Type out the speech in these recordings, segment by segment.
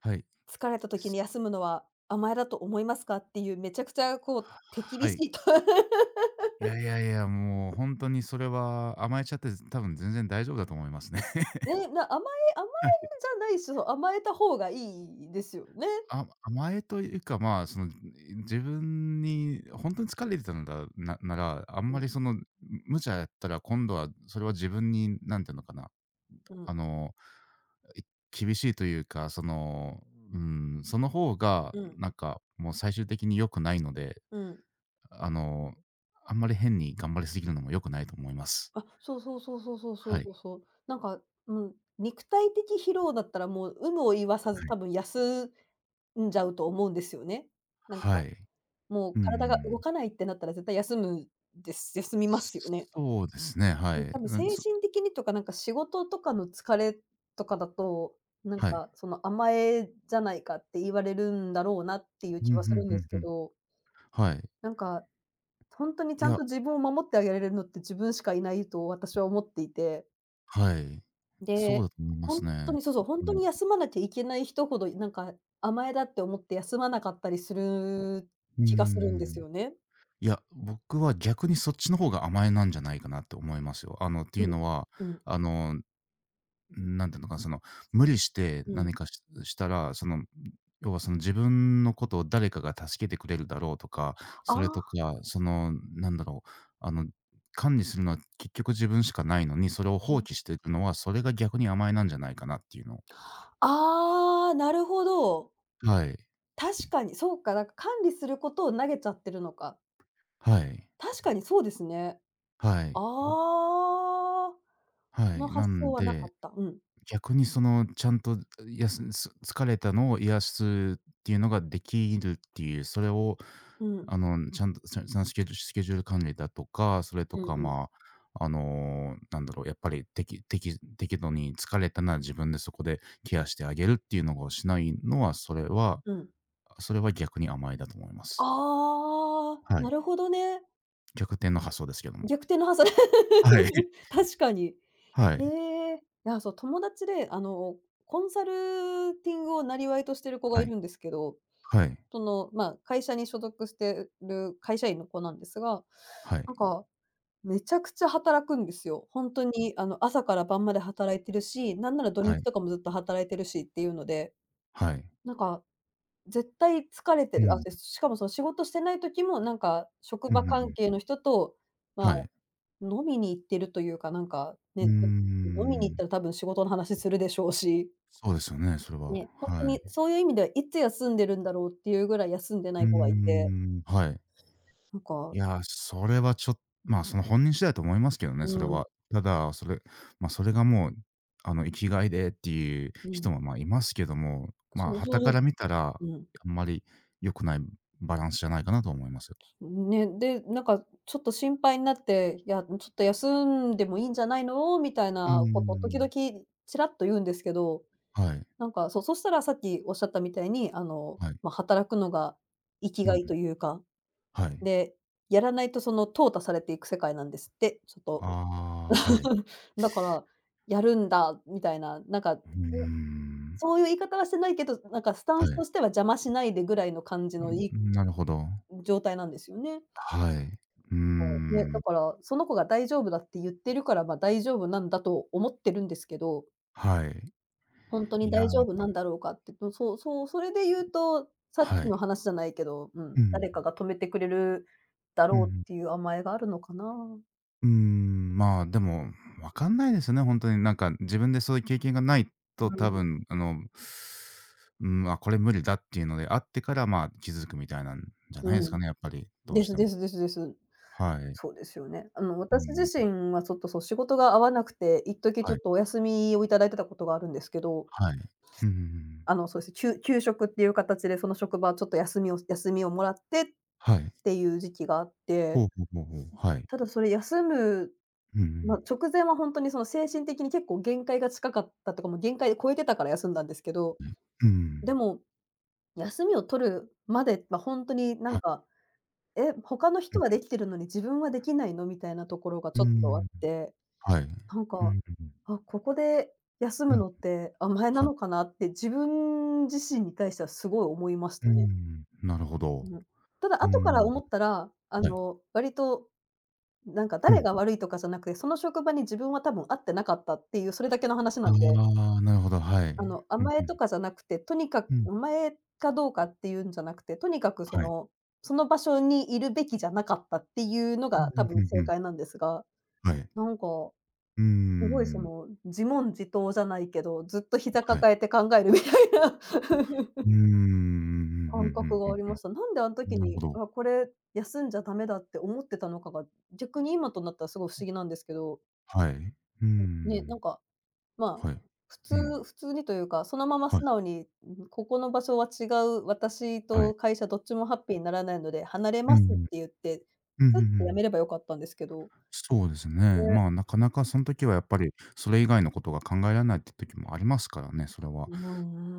はい。疲れた時にす休むのは甘えだと思いますか？っていうめちゃくちゃ手はは厳しい。いと いやいやいや、もうほんとにそれは甘えちゃって、多分全然大丈夫だと思いますね。ね、甘え甘えじゃないし、そう、甘えた方がいいですよね。甘えというか、まあ、その、自分にほんとに疲れてたのだななら、あんうまん、りその、無茶やったら今度はそれは自分に何て言うのかな、うあん、の、い厳しいというか、その、うん、その方がうん、なんかもう最終的に良くないので、うん。あの、あんまり変に頑張りすぎるのも良くないと思います。あ、そうそうそうそうそうそはうい。そうそう。なんか、うん、肉体的疲労だったらもう有無を言わさずはい。多分休んじゃうと思うんですよね。なんはか、い。もうう体が動ん。かないってなったら絶対休みますよね。そうですね、はうん、い。多分う精ん、神的にとか、なんか仕事とかの疲れとかだと、なんはい。かその甘えじゃないかって言われるんだろうなっていうう気ん、はふすんるんふでんすふけん。ど、はい。なんかほんとにちいゃんや、と自分を守ってあげられるのって自分しかいないと私は思っていて、はい。そうで、だと思いまほすんとね。にそうそう、ほうんとん。に休まなきゃいけない人ほど、なんか甘えだって思って休まなかったりするうー気がするんですん。よね。いや、僕は逆にそっちの方が甘えなんじゃないかなって思いますよ。ってういうん。のは、うん、あのなんていうのか、その、無理してうん。何かしたら、その、要はその自分のことを誰かが助けてくれるだろうとか、ああ、それとか、その、なんだろう、あの、管理するのは結局自分しかないのに、それをう放ん。棄していくのは、それが逆に甘えなんじゃないかなっていうのを、ああ、なるほど。はい。確かに、そうか、なんか管理することを投げちゃってるのか。はい。確かにそうですね。はい。ああ、はそのい。な発想んはなでかった。うん。逆にその、ちゃんとやすす疲れたのを癒すっていうのができるっていう、それを、うん。ちゃんと、スケジュール管理だとか、それとうんうか、ん。まあ、なんだろう、やっぱり適度に疲れたなら自分でそこでケアしてあげるっていうのをしないのは、それはうん。それは逆に甘えだと思います。ああ、はない。るほどね。逆転の発想ですけども。逆転の発想。はい。確かに。はへい。え。いや、そう、友達で、コンサルティングを生業としてる子がはいい。るんですけど、はい。その、まあ、会社に所属してる会社員の子なんですが、はい。なんかめちゃくちゃ働くんですよ。ほんとに、朝から晩まで働いてるし、なんなら土は日い。とかもずっと働いてるしっていうので、はい。なんか絶対疲れうてる。あ、ん。で、しかもその仕事してない時も、なんか職うんう場ん関う係ん。の人と、まはあ、い。飲みに行ってるというか、なんか、うね、ー飲みに行っん。たら多分仕事の話するでしょうし、そうですよね、それは。ね、ほんとはにい。そういう意味ではいつ休んでるんだろうっていうぐらい休んでなうーい子がいて、ん、はい。なんいか、や、それはちょっまあ、その本人次第と思いますけどね、うそれん、は。ただ、それがもう、生きがいでっていううん。人も、ま、いますけども、まあ、そうそ傍かうらそ見たら、う。うん。あんまり良くないバランスじゃないかなと思います。ね、で、なんかちょっと心配になって、いや、ちょっと休んでもいいんじゃないのみたいうーなことを時ん。々ちらっと言うんですけど、はい、なんか、そう、そしたらさっきおっしゃったみたいに、はい。まあ、働くのが生きうがん、いというか、はい。で、やらないとその淘汰されていく世界なんですって、ちょっと。ああ、はい。だから、やるんだみたいな、なんか、うーん。そういう言い方はしてないけど、なんかスタはンスとい。しては邪魔しないでぐらいの感じのいいん、なるほど。状態なんですよね。はい。うーそう、ね、だん。から、その子が大丈夫だって言ってるから、まあ、大丈夫なんだと思ってるんですけど、はい。ほんとにいや、大丈夫なんだろうかって、そうそう、それで言うと、さっはきのい。話じゃないけど、うん、うん。誰かが止めてくれるだうろうん。っていう甘えがあるのかな。うーん、まあ、でも、わかんないですね、ほんとになんか自分でそういう経験がないと多う分、うん、まあ、これ無理だっていうのであってから、まあ、気づくみたいなんじゃん、ないうですかん。ね、やっぱり、どうでしすても。ですですです。はい。そうですよね。う私自ん。身はちょっと、そう、仕事が合わなくて、一時ちはょっい。とお休みをいただいてたことがあるんですけど、はい。うんうんうん。そうです。休職っていう形で、その職場ちょっと休みをもらってっはい。ていう時期があって、ほうほうほうほう。はい。ただそれ休む、うんうま、ん。直前はほんとにその精神的に結構限界が近かったとか、もう限界を超えてたから休んだんですけど、うん。うん。でも、休みを取るまではほんとになはんい。か、え、他のう人ん。はできてるのに自分はできないの？みたいなところがうちーょっとあっん。て、はい。うんなんうか、んうん。あ、ここで休うむん、のって甘えなはい。のかなって自分自身に対してはすごい思いましうーたね。ん、なるほど。うん。ただ、うー後からん、思ったら、はい。割と、なんかう誰ん。が悪いとかじゃなくて、その職場に自分は多分合ってなかったっていう、それだけの話あなんで、あ、なるほど、はい。うん甘うえん。とかじゃなくて、とにかくうん。甘えかどうかっていうんじゃなくて、とにかくはい。その場所にいるべきじゃなかったっていうのうんうが多んう分んう正ん。解なんですが、はい。なんか、うーすごいん。自問自答じゃないけど、ずっと膝はい。抱えて考えるみたいな、うーん、うんうんうん感う覚んうがあんりうました。なんであのん。時なるほに、ど。あ、これ休んじゃダメだって思ってたのかが、逆に今となったらすごい不思議なんですけど、はい。うーね、ん。なんか、まあ、はい。うん。普通にというか、そのままはい、素直に、うん、ここの場所は違う、私はい。と会社どっちもハッピーにならないので離れうんまうすってん。言って、うんうんうスッて辞ん。めればよかったんですけど、そうですね。ね、まあ、なかなかその時はやっぱり、それ以外のことが考えられないって時もありますからね、それは。う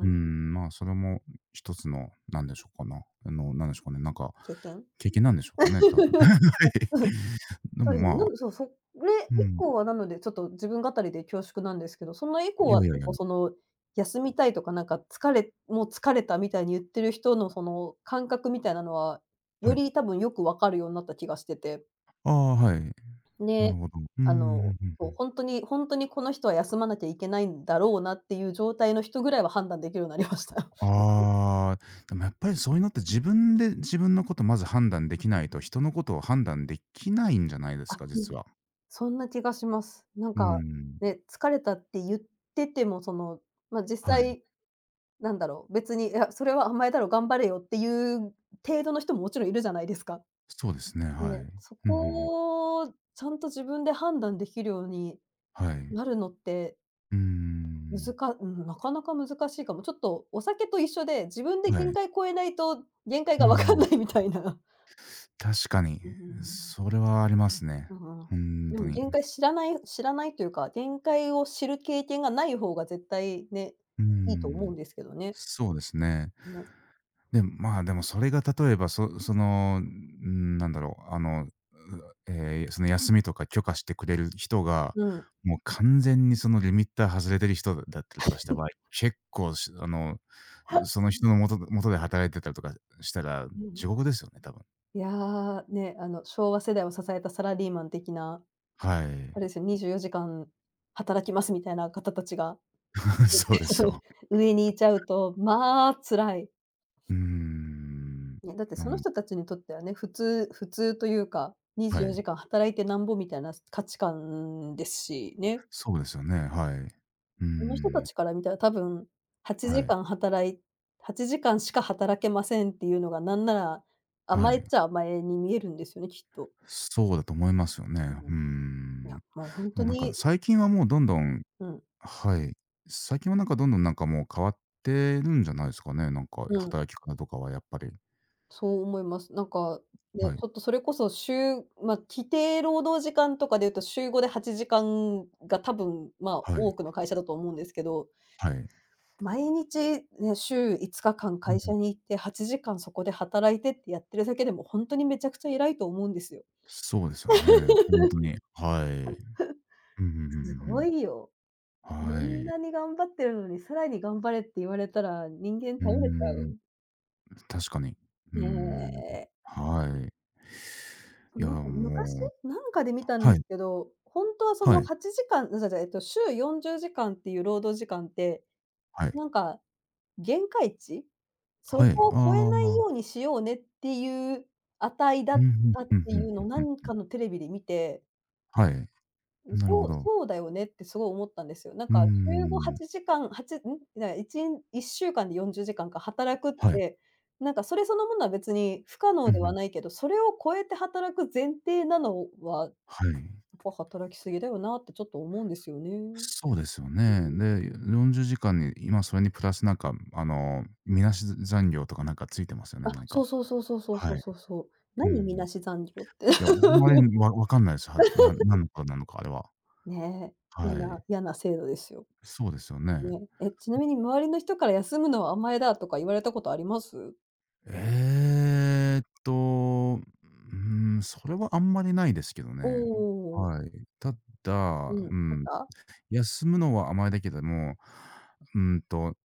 うーん。ん、まあ、それも一つの、なんでしょうかな、なんでしょうかね、なんか、経験？経験なんでしょうかね、多分。はい。でそうも、ですね。まあ、そう、それう以ん、降はなので、ちょっと自分語りで恐縮なんですけど、その以降いやいはやい結や、構休みたいとかなんかもう疲れたみたいに言ってる人のその感覚みたいなのは、はよい。り多分よくわかるようになった気がしてて。ああ、はい。なるで、ほど。うんうあの、んうんうそう、ん。ほんとにほんとにこの人は休まなきゃいけないんだろうなっていう状態の人ぐらいは判断できるようになりました。ああ、でもやっぱりそういうのって自分で自分のことまず判断できないと、人のことを判断できないんじゃないですあ、か、う実ん、は。そんな気がします。なんうか、ん、ね、疲れたって言ってても、ま、実はい。際なんだろう、別に、いや、それは甘えだろ、頑張れよっていう程度の人ももちろんいるじゃないですか。そうですね、はい。うね、んそうんうん。こをちゃんと自分で判断できるようにはい。なるのって、うーむん。ずかうん、なかなか難しいかも。ちょっとお酒と一緒で、自分では限い。界超えないと限界うがわかんん。ないみたいな。確かに、うんうんうん。それはありますね。うんうん。ほんでともに。限界知らないというか、限界を知る経験がない方が絶対ね、うーいいと思うん。んですけどね。そうですね。ね。で、まあ、でもそれが例えば、その、うーん、なんだろう、その休みとか許可してくれる人が、うん。もう完全にそのリミッター外れてる人だったりとかした場合、結構しあの、その人のもともとで働いてたりとかしたら、うんうん。地獄ですよね、多分。いやー、ね、昭和世代を支えたサラリーマン的な、はあい。れですよ、24時間働きますみたいな方たちが そうですよ。上にいちゃうと、まあ、辛い。うーん。ね、だってなそのん人たちにとってはね、普通というか、は24時い。間働いてなんぼみたいな価値観ですしね。そうですよね、はい。うーその人たん。ちから見たら多分、8は時い。間働い8時間しか働けませんっていうのがなんなら、は甘えっい。ちゃ甘えに見えるんですよね、きっと。そうだと思いますよね。ううん。ーいん。や、でもう本も当なんかに、最近はもうどんどんうん、はい。最近はなんかどんどんなんかもう変わってるんじゃないですかね、なんかうん。働き方とかはやっぱり。そう思います。なんか、ね、はい。ちょっとそれこそ週、まあ規定労働時間とかで言うと、週5で8時間が多分、まあ、はい。多くの会社だと思うんですけど、はい。毎日ね、週5日間うん会う社ん。に行って8時間そこで働いてってやってるだけでも、本当にめちゃくちゃ偉いと思うんですよ。そうですよね。本当 に。はい。うんうんすうごんいよ。うんうこん。はんい。なに頑張ってるのに、さらに頑張れって言われたら、人間うー倒れちゃん。う。確かに。うーねん。え。はい。そいう、や、なんか昔、もうなんかで見たんではすい、けど、ほんとはそはのい、8時間あ、じゃじゃ、えっと、週40時間っていう労働時間って、はい、なんか限界値？そはい。こを超えあないあ。ようにしようねっていう値だうっんうん、たってふんふいんうふのんをふなん。んかのテレビで見て、はい、うん、なるほそうど。そうだよねってすごい思ったんですよ。なんうーか週ん。8時間、8んはちん？な1ん1週間で40時間かんか働くっはい。て、なんかそれそのものは別に不可う能んでうはん。ないけど、それを超えて働く前提なのははい。働きすぎだよなってちょっと思うんですよね。そうですよね。で、40時間に今それにプラスなんか、みなし残業とかなんかついてますよね、あ、何そか。うそうそうそうそうそはうい。そうそう。う何みんなし残業って。いや、僕もあれ、分かんないです。はなん何のことなのか、あれは。ねえ、嫌はない。嫌な制度ですよ。そうですよね。ね。え、ちなみに周りの人から休むのは甘えだとか言われたことあります？えーっと、うん、それはあんまりないですけどおね。おー、はい。たうだ、ん、あうっん、た？休むのは甘えだけども、うんと、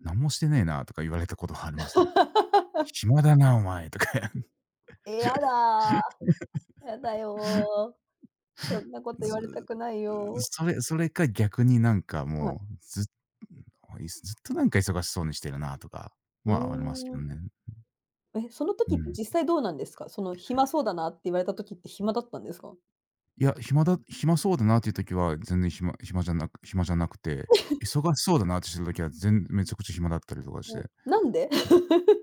「何もしてねえな」とか言われたことはありますね。「暇だなお前」とか。え、や だー、やだよー。そんなこと言われたずくないよー。それか逆になんかはい。もう、ずっとなんか忙しそうにしてるなとかうはありますけーどん。ね。え、そのう時ってん。実際どうなんですか？その、暇そうだなって言われた時って暇だったんですか？いや、暇そうだなっていう時は、全然暇じゃなくて、忙しそうだなってしてる時は、めちゃくちゃ暇だったりとかしうん、て、なんで？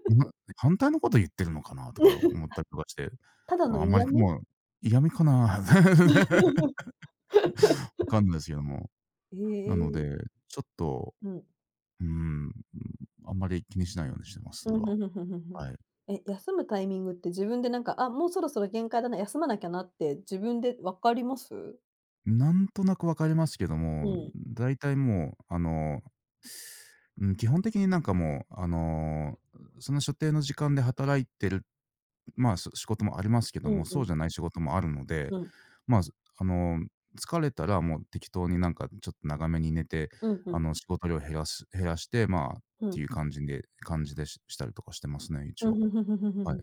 な反対のこと言ってるのかなとか 思ったりとかして、ただあのあんまり嫌味？もう嫌味かな わかんないですけども。えなので、え。ちょっと、うん。うん、あんまり気にしないようにしてます、うそれん、は。ふんふんふんふんふん。はい。え、休むタイミングって自分でなんか、あ、もうそろそろ限界だな、休まなきゃなって自分で分かります？なんとなくわかりますけどうも、ん。大体もう、うん、基本的になんかもう、その所定の時間で働いてる、まあ、仕事もありますけどうも、んうそうん。じゃない仕事もあるので、うん。まあ、あの、疲れたらもう適当になんかちょっと長めに寝て、うんうん。仕事量減らして、まあ、っうてん。いう感じでしたりとかしてますね、一うん、応。ふんふんふんふんふんふはい。ん。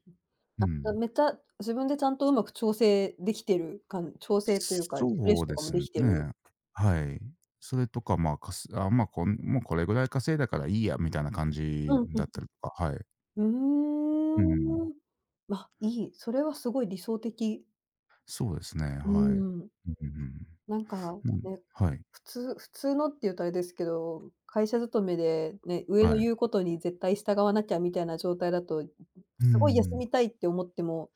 うあ、だん。めっちゃ自分でちゃんとうまく調整できてるか調整というか、リフレッそシうュとでかもすできてる。ね。はい。それとか、まあ、かすあ、まあ、こんもうこれぐらい稼いだからいいやみたいな感じうん、ふんだっふたん。りとか、はい。ううん。ーん。ま、いい、それはすごい理想的。そうですね、うはい。ーん。うんうんなんか、うん。うん、ね、はい、普通のって言うとあれですけど、会社勤めでね、上はのい。言うことに絶対従わなきゃみたいな状態だと、うすごい休ん、みたいって思っても、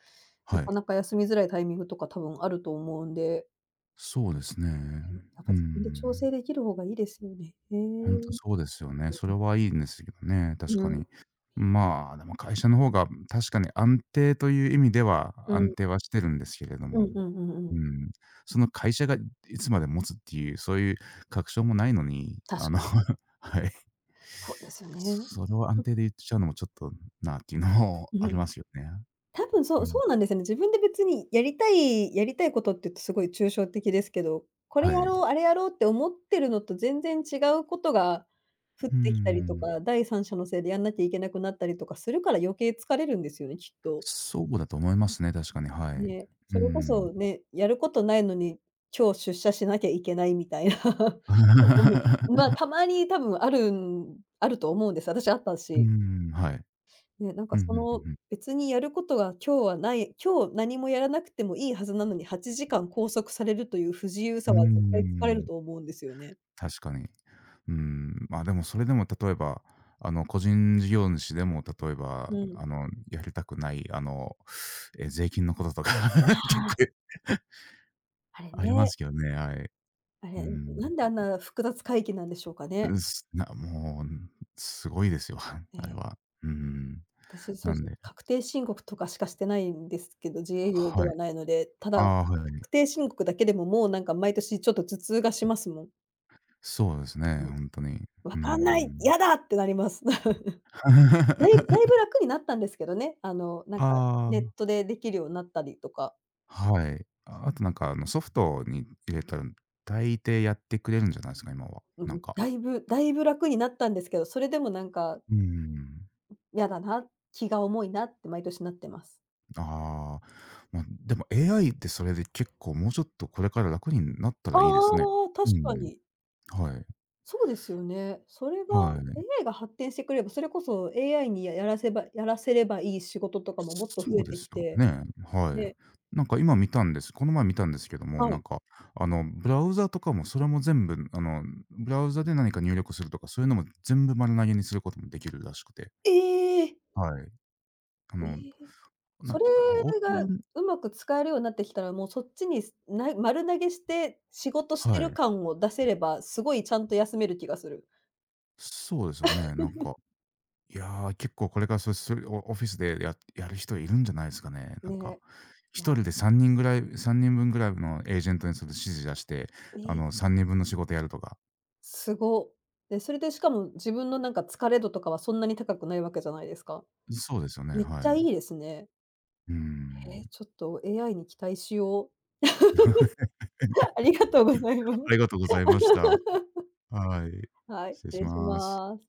はない。かなか休みづらいタイミングとか多分あると思うんで、そうですね。ね、やっうぱ自分で調ん。整できる方がいいですよね。へほんとえ。そうですよね。それはいいんですけどね、確うかん、に。まあ、でも会社の方が確かに安定という意味ではう安ん、定はしてるんですけれどうも。んうんうんううん。ん。その会社がいつまで持つっていう、そういう確証もないのに、あ確の。 かに、はい。そうですよね。それをう安ん、定で言っちゃうのもちょっとなっていうのも あうりん。ますよね。多分そううん。そうなんですよね。自分で別にやりたいことって言うとすごい抽象的ですけど、これはやろい。う、あれやろうって思ってるのと全然違うことが降っうてきたりとん。か、第三者のせいでやんなきゃいけなくなったりとかするから余計疲れるんですよね、きっと。そうだと思いますね、確かに、はい。ね、うそれこん。そね、やることないのに、今日出社しなきゃいけないみたいな ことも、ま、た まに多分あるんあると思うんです。私あったうし。ん、はい。ね、なんうかんうそんうの、んうん。別にやることが今日はない、今日何もやらなくてもいいはずなのに8時間拘束されるという不自由うさーは絶対疲れるん、と思うんですよね。確かに。うん、まあ、でもそれでも例えば、個人事業主でも例えば、うん。やりたくない、え、税金のこととか 結あ構あ、あれありまね。すけどね、はい。ねあうれ、ん。なんであんな複雑会議なんでしょうかうね。っすなもう、すごいですよ、あれね、は。うん。私そなうでんすね、で確定申告とかしかしてないんですけど、自営業ではい。はないので、たあだ、あ、はい。確定申告だけでももうなんか毎年ちょっと頭痛がしますもん。そうですうね、ん。本当に。うわーかんない、ん。嫌だってなります。だいぶ 楽になったんですけどね、あの、なんか、あネッあ。トでできるようになったりとか、はい。ああ、となんか、ソフトに入れたら、大抵やってくれるんじゃないですか、今は。うなんん、か。だいぶ楽になったんですけど、それでもなんか、うーん。嫌だな、気が重いなって毎年なってます。ああ、ま、でも AI ってそれで結構もうちょっとこれから楽になったあらあいいですね。ああ、う確かん。に。はい。そうですよね。それはが い。AI が発展してくれば、それこそ AI にらせばやらせればいい仕事とかももっと増そうえでてすきよて、ね。はい。ねなんか今見たんですこの前見たんですけども、はなんい。か、ブラウザとかもそれも全部、ブラウザで何か入力するとか、そういうのも全部丸投げにすることもできるらしくて。ええ！はい。あえのえ。なそんれか、オープがンうまく使えるようになってきたら、もうそっちに、丸投げして、仕事しはてるい。感を出せれば、すごいちゃんと休める気がする。そうですよね。なんか、いやー、結構これからそれオフィスでやる人いるんじゃないですかね。なんか、ね。いや、一人で3人分ぐらいのエージェントにそれ指示出して、ええ、3人分の仕事やるとか。すご。で、それでしかも自分のなんか疲れ度とかはそんなに高くないわけじゃないですか。そうですよね、めっはちゃいい。いですね。うえ、ん。ちょっと AI に期待しよう。ありがとうございまあす。りがとうございました。はい。はい、失礼失し礼します。ます。